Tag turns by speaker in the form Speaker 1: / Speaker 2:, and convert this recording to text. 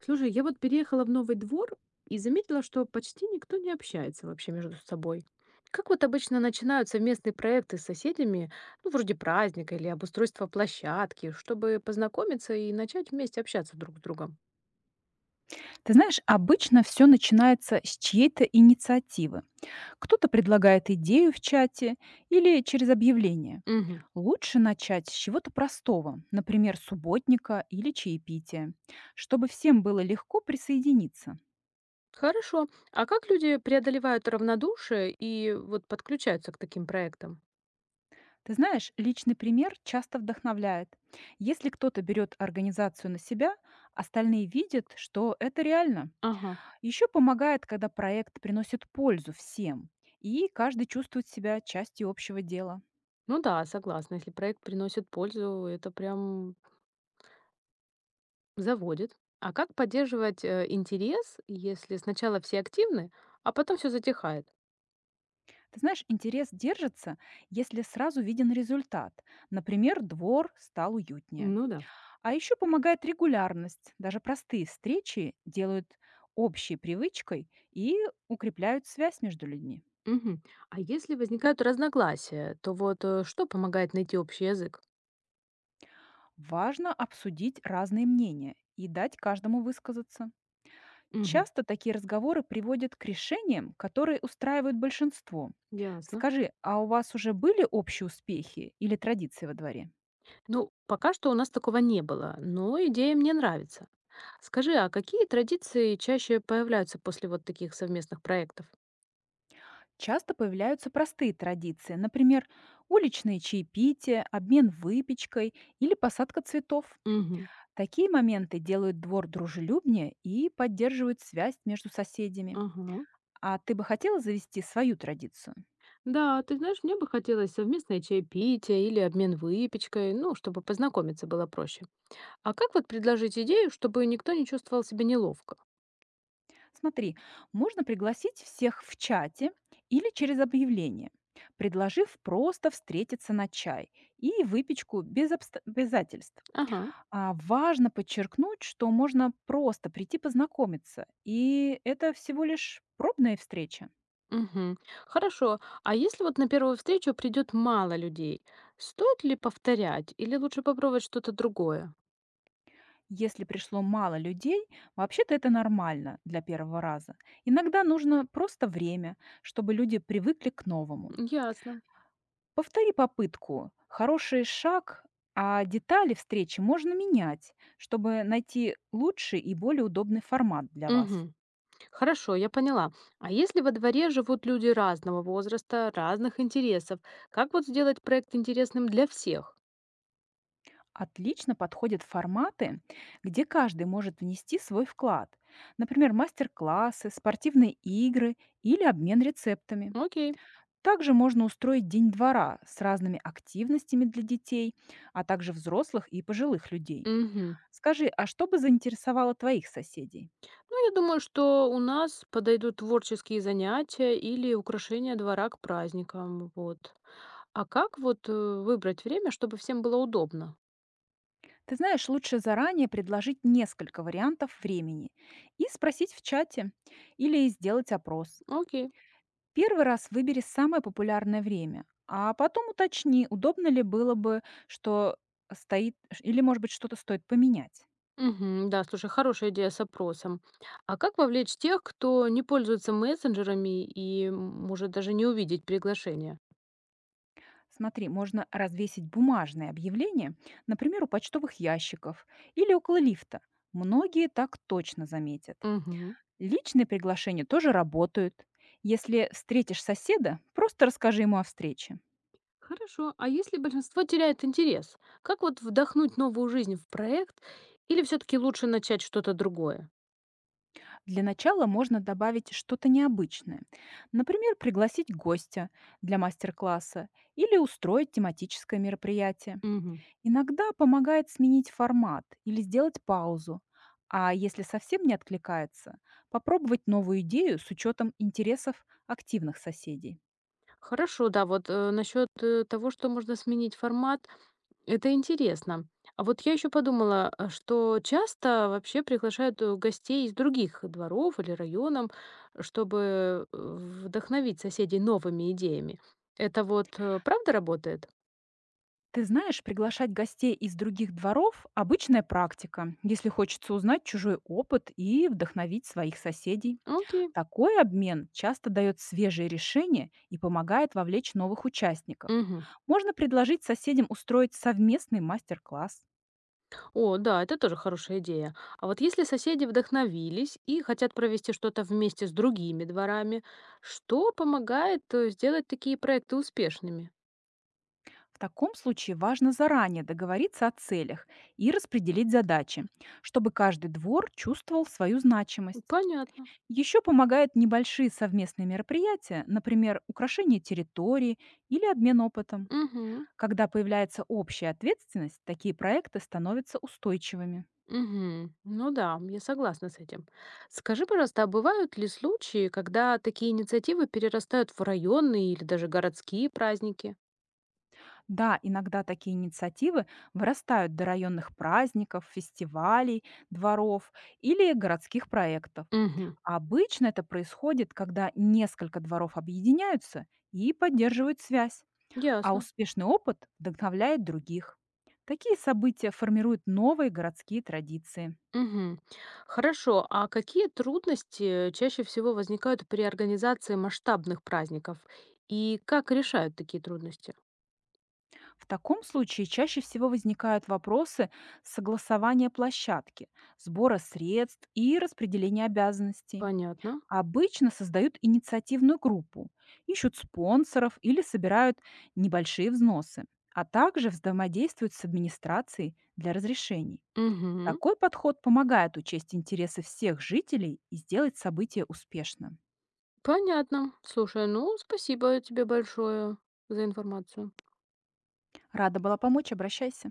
Speaker 1: Слушай, я вот переехала в новый двор и заметила, что почти никто не общается вообще между собой. Как вот обычно начинают совместные проекты с соседями, ну, вроде праздника или обустройства площадки, чтобы познакомиться и начать вместе общаться друг с другом?
Speaker 2: Ты знаешь, обычно все начинается с чьей-то инициативы. Кто-то предлагает идею в чате или через объявление.
Speaker 1: Мгм.
Speaker 2: Лучше начать с чего-то простого, например, субботника или чаепития, чтобы всем было легко присоединиться.
Speaker 1: Хорошо. А как люди преодолевают равнодушие и вот подключаются к таким проектам?
Speaker 2: Ты знаешь, личный пример часто вдохновляет. Если кто-то берет организацию на себя, остальные видят, что это реально.
Speaker 1: Ага.
Speaker 2: Еще помогает, когда проект приносит пользу всем, и каждый чувствует себя частью общего дела.
Speaker 1: Ну да, согласна. Если проект приносит пользу, это прям заводит. А как поддерживать интерес, если сначала все активны, а потом все затихает?
Speaker 2: Ты знаешь, интерес держится, если сразу виден результат. Например, двор стал уютнее.
Speaker 1: Ну да.
Speaker 2: А еще помогает регулярность. Даже простые встречи делают общей привычкой и укрепляют связь между людьми.
Speaker 1: Мгм. А если возникают разногласия, то вот, что помогает найти общий язык?
Speaker 2: Важно обсудить разные мнения и дать каждому высказаться.
Speaker 1: Мгм.
Speaker 2: Часто такие разговоры приводят к решениям, которые устраивают большинство.
Speaker 1: Ясно.
Speaker 2: Скажи, а у вас уже были общие успехи или традиции во дворе?
Speaker 1: Ну, пока что у нас такого не было, но идея мне нравится. Скажи, а какие традиции чаще появляются после вот таких совместных проектов?
Speaker 2: Часто появляются простые традиции, например, уличные чаепития, обмен выпечкой или посадка цветов.
Speaker 1: Мгм.
Speaker 2: Такие моменты делают двор дружелюбнее и поддерживают связь между соседями.
Speaker 1: Ага.
Speaker 2: А ты бы хотела завести свою традицию?
Speaker 1: Да, ты знаешь, мне бы хотелось совместное чаепитие или обмен выпечкой, ну, чтобы познакомиться было проще. А как вот предложить идею, чтобы никто не чувствовал себя неловко?
Speaker 2: Смотри, можно пригласить всех в чате или через объявление, предложив просто встретиться на чай и выпечку без обязательств.
Speaker 1: Ага,
Speaker 2: А, важно подчеркнуть, что можно просто прийти познакомиться, и это всего лишь пробная встреча.
Speaker 1: мгм. Хорошо. А если вот на первую встречу придет мало людей, стоит ли повторять или лучше попробовать что-то другое?
Speaker 2: Если пришло мало людей, вообще-то это нормально для первого раза. Иногда нужно просто время, чтобы люди привыкли к новому.
Speaker 1: Ясно.
Speaker 2: Повтори попытку. Хороший шаг, а детали встречи можно менять, чтобы найти лучший и более удобный формат для вас.
Speaker 1: Мгм. Хорошо, я поняла. А если во дворе живут люди разного возраста, разных интересов, как вот сделать проект интересным для всех?
Speaker 2: Отлично подходят форматы, где каждый может внести свой вклад. Например, мастер-классы, спортивные игры или обмен рецептами.
Speaker 1: Окей.
Speaker 2: Также можно устроить день двора с разными активностями для детей, а также взрослых и пожилых людей.
Speaker 1: Мгм.
Speaker 2: Скажи, а что бы заинтересовало твоих соседей?
Speaker 1: Ну, я думаю, что у нас подойдут творческие занятия или украшения двора к праздникам. Вот. А как вот выбрать время, чтобы всем было удобно?
Speaker 2: Ты знаешь, лучше заранее предложить несколько вариантов времени и спросить в чате или сделать опрос.
Speaker 1: Окей.
Speaker 2: Первый раз выбери самое популярное время, а потом уточни, удобно ли было бы, что стоит, или, может быть, что-то стоит поменять.
Speaker 1: Мгм. Да, слушай, хорошая идея с опросом. А как вовлечь тех, кто не пользуется мессенджерами и может даже не увидеть приглашение?
Speaker 2: Смотри, можно развесить бумажные объявления, например, у почтовых ящиков или около лифта. Многие так точно заметят.
Speaker 1: Мгм.
Speaker 2: Личные приглашения тоже работают. Если встретишь соседа, просто расскажи ему о встрече.
Speaker 1: Хорошо. А если большинство теряет интерес, как вот вдохнуть новую жизнь в проект или все-таки лучше начать что-то другое?
Speaker 2: Для начала можно добавить что-то необычное. Например, пригласить гостя для мастер-класса или устроить тематическое мероприятие.
Speaker 1: Мгм.
Speaker 2: Иногда помогает сменить формат или сделать паузу. А если совсем не откликается, попробовать новую идею с учетом интересов активных соседей.
Speaker 1: Хорошо, да, вот, насчет, того, что можно сменить формат, это интересно. А вот я еще подумала, а, что часто вообще приглашают гостей из других дворов или районов, чтобы вдохновить соседей новыми идеями. Это вот правда работает?
Speaker 2: Ты знаешь, приглашать гостей из других дворов– обычная практика, если хочется узнать чужой опыт и вдохновить своих соседей.
Speaker 1: Окей.
Speaker 2: Такой обмен часто дает свежие решения и помогает вовлечь новых участников.
Speaker 1: Мгм.
Speaker 2: Можно предложить соседям устроить совместный мастер-класс.
Speaker 1: О, да, это тоже хорошая идея. А вот если соседи вдохновились и хотят провести что-то вместе с другими дворами, что помогает сделать такие проекты успешными?
Speaker 2: В таком случае важно заранее договориться о целях и распределить задачи, чтобы каждый двор чувствовал свою значимость.
Speaker 1: Понятно.
Speaker 2: Еще помогают небольшие совместные мероприятия, например, украшение территории или обмен опытом.
Speaker 1: Мгм.
Speaker 2: Когда появляется общая ответственность, такие проекты становятся устойчивыми.
Speaker 1: Мгм. Ну да, я согласна с этим. Скажи, пожалуйста, а бывают ли случаи, когда такие инициативы перерастают в районные или даже городские праздники?
Speaker 2: Да, иногда такие инициативы вырастают до районных праздников, фестивалей, дворов или городских проектов.
Speaker 1: Угу.
Speaker 2: Обычно это происходит, когда несколько дворов объединяются и поддерживают связь, а
Speaker 1: Ясно.
Speaker 2: успешный опыт вдохновляет других. Такие события формируют новые городские традиции.
Speaker 1: Мгм. Хорошо. А какие трудности чаще всего возникают при организации масштабных праздников? И как решают такие трудности?
Speaker 2: В таком случае чаще всего возникают вопросы согласования площадки, сбора средств и распределения обязанностей.
Speaker 1: Понятно.
Speaker 2: Обычно создают инициативную группу, ищут спонсоров или собирают небольшие взносы, а также взаимодействуют с администрацией для разрешений.
Speaker 1: Угу.
Speaker 2: Такой подход помогает учесть интересы всех жителей и сделать событие успешным.
Speaker 1: Понятно. Слушай, ну спасибо тебе большое за информацию.
Speaker 2: Рада была помочь, обращайся.